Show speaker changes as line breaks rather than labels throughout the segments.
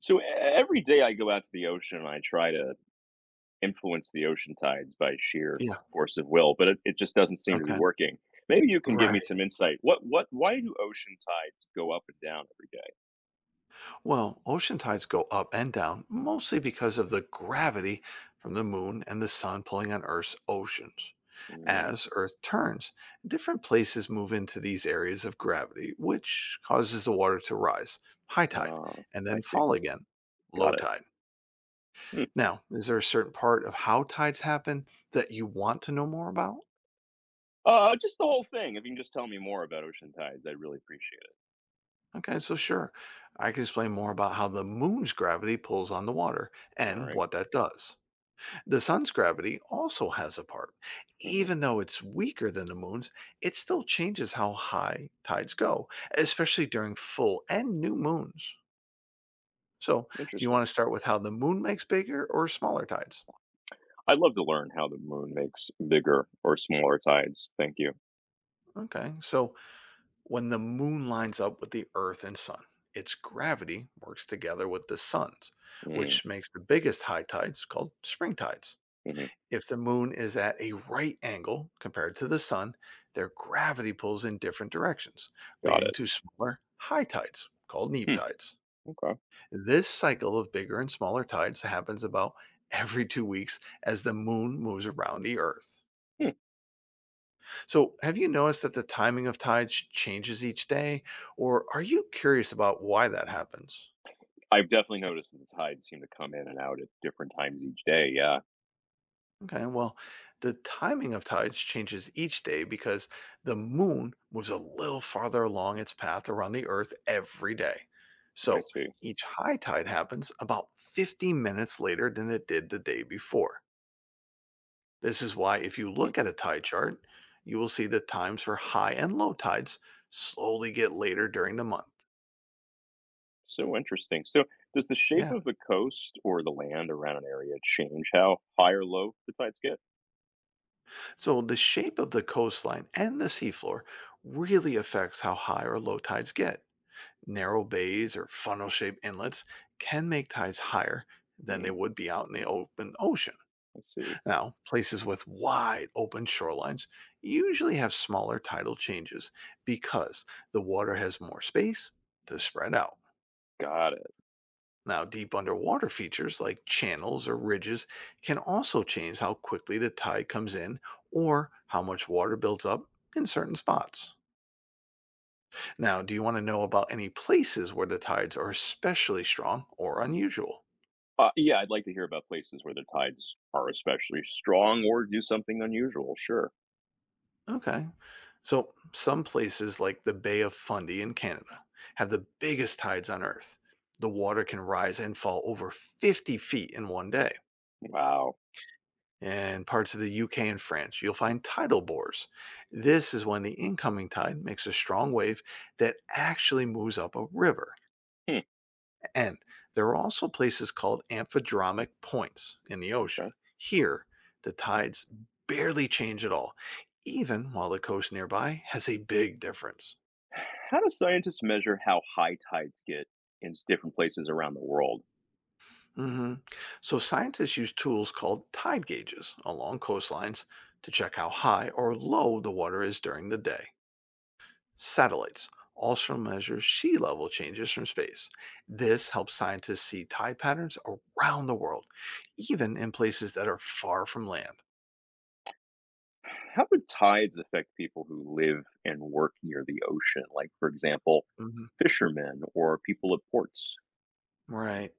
So every day I go out to the ocean and I try to influence the ocean tides by sheer
Yeah,
force of will, but it just doesn't seem to be
okay,
working. Maybe you can give
right.
me some insight. What, why do ocean tides go up and down
Well, ocean tides go up and down mostly because of the gravity from the moon and the sun pulling on Earth's oceans.
every day?
As Earth turns, different places move into these areas of gravity, which causes the water to rise, high tide,
Uh,
and
I
then
see.
fall again, low
Got it.
tide.
Hmm.
Now, is there a certain part of how tides happen that you want to know more about?
Just the whole thing. If you can just tell me more about ocean tides, I'd really appreciate
Okay, so sure, I can explain more about how the moon's gravity pulls on the water
it. All
and
right.
what that does. The sun's gravity also has a part.
Mm-hmm.
Even though it's weaker than the moon's, it still changes how high tides go, especially during full and new moons. So, do you want
Interesting.
to start with how the moon makes bigger or smaller tides?
I'd love to learn how the moon makes bigger or smaller tides. Thank you.
Okay, so when the moon lines up with the earth and sun, its gravity works together with the sun's,
Mm,
which makes the biggest high tides called spring tides.
mm-hmm.
If the moon is at a right angle compared to the sun, their gravity pulls in different directions,
Got it.
leading to smaller high tides called neap
Hmm.
tides.
Okay.
This cycle of bigger and smaller tides happens about every 2 weeks as the moon moves around the earth.
Hmm.
So, have you noticed that the timing of tides changes each day, or are you curious about why that happens?
I've definitely noticed that the tides seem to come in and out at different times each day. Yeah,
Okay, well, the timing of tides changes each day because the moon moves a little farther along its path around the Earth every day.
I
So
see.
each high tide happens about 50 minutes later than it did the day before. This is why, if you
Hmm.
look at a tide chart, you will see the times for high and low tides slowly get later during the month.
So interesting. So, does the shape
Yeah,
of the coast or the land around an area change how high or low the tides get?
so the shape of the coastline and the seafloor really affects how high or low tides get. Narrow bays or funnel shaped inlets can make tides higher than they
Hmm,
would be out in the open ocean.
I see.
Now, places with wide open shorelines usually have smaller tidal changes because the water has more space to spread out.
Got it.
Now, deep underwater features like channels or ridges can also change how quickly the tide comes in or how much water builds up in certain spots. Now, do you want to know about any places where the tides are especially strong or unusual?
Yeah, I'd like to hear about places where the tides are especially strong or do something unusual. Sure.
Okay. So some places like the Bay of Fundy in Canada have the biggest tides on Earth. The water can rise and fall over 50 feet in one day.
Wow.
In parts of the UK and France, you'll find tidal bores. This is when the incoming tide makes a strong wave that actually moves up a river.
Hmm,
And there are also places called amphidromic points in the ocean.
okay.
Here, the tides barely change at all, even while the coast nearby has a big difference.
How do scientists measure how high tides get in different places around the world?
hmm So scientists use tools called tide gauges along coastlines to check how high or low the water is during the day. Satellites also measure sea level changes from space. This helps scientists see tide patterns around the world, even in places that are far from land.
How do tides affect people who live and work near the ocean? Like, for example,
Mhm.
fishermen or people at ports?
Right.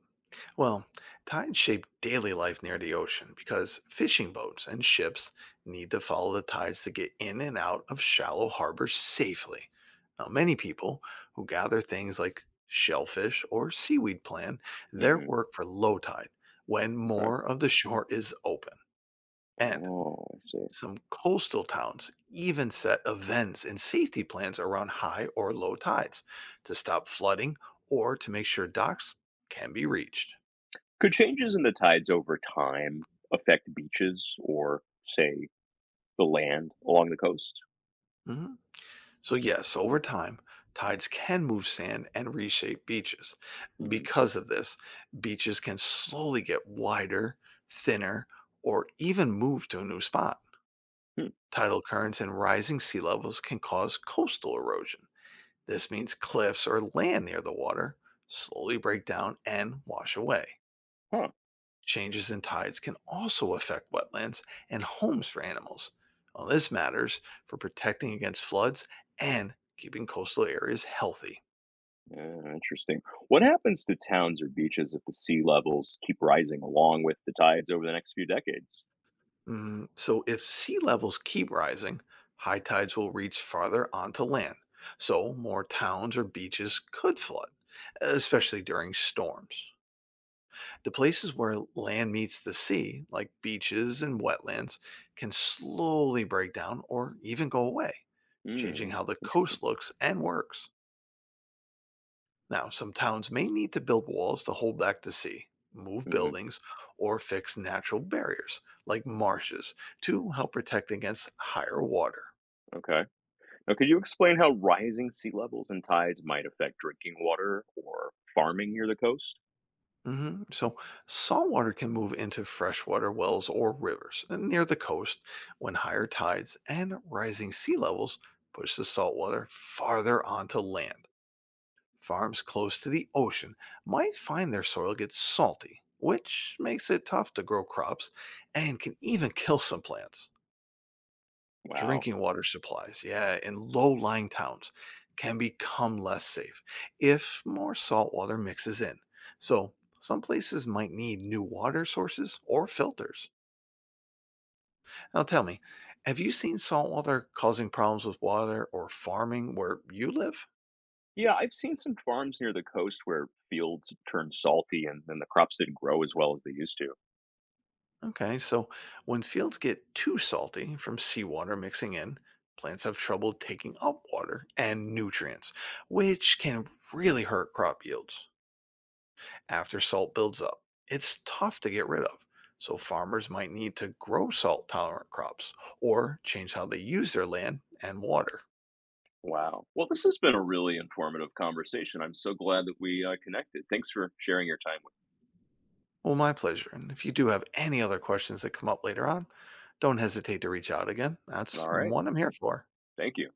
Well, tides shape daily life near the ocean because fishing boats and ships need to follow the tides to get in and out of shallow harbors safely. Now, many people who gather things like shellfish or seaweed plan their
Hmm.
work for low tide when
Okay.
more of the shore is open. And
Oh, I see.
some coastal towns even set events and safety plans around high or low tides to stop flooding or to make sure docks can be reached.
Could changes in the tides over time affect beaches or, say, the land along the coast?
Mhm. So, yes, over time, tides can move sand and reshape beaches.
Hmm.
Because of this, beaches can slowly get wider, thinner, or even move to a new spot.
Hmm.
Tidal currents and rising sea levels can cause coastal erosion. This means cliffs or land near the water slowly break down and wash away.
Huh.
Changes in tides can also affect wetlands and homes for animals. Now, this matters for protecting against floods and keeping coastal areas healthy.
Yeah, interesting. What happens to towns or beaches if the sea levels keep rising along with the tides over the next few decades?
Mm, so, if sea levels keep rising, high tides will reach farther onto land. So, more towns or beaches could flood, especially during storms. The places where land meets the sea, like beaches and wetlands, can slowly break down or even go away, changing
Mm,
how the
interesting.
coast looks and works. Now, some towns may need to build walls to hold back the sea, move
Hmm.
buildings, or fix natural barriers like marshes to help protect against higher water.
Okay. Now, could you explain how rising sea levels and tides might affect drinking water or farming near the coast?
So, saltwater can move into freshwater wells or rivers near the coast when higher tides and rising sea levels push the saltwater farther onto land. Farms close to the ocean might find their soil gets salty, which makes it tough to grow crops and can even kill some plants
Wow.
drinking water supplies, yeah, in low-lying towns can become less safe if more salt water mixes in. So, some places might need new water sources or filters. Now, tell me, have you seen salt water causing problems with water or farming where you live?
Yeah, I've seen some farms near the coast where fields turn salty and then the crops didn't grow as well as they used to.
Okay, so when fields get too salty from seawater mixing in, plants have trouble taking up water and nutrients, which can really hurt crop yields. After salt builds up, it's tough to get rid of, so farmers might need to grow salt tolerant crops or change how they use their land and water.
Wow. Well, this has been a really informative conversation. I'm so glad that we connected. Thanks for sharing your time with
Well, my pleasure. And if you do have any other questions that come up later on, don't hesitate to reach out again.
me.
That's
All right.
what I'm here for.
Thank you.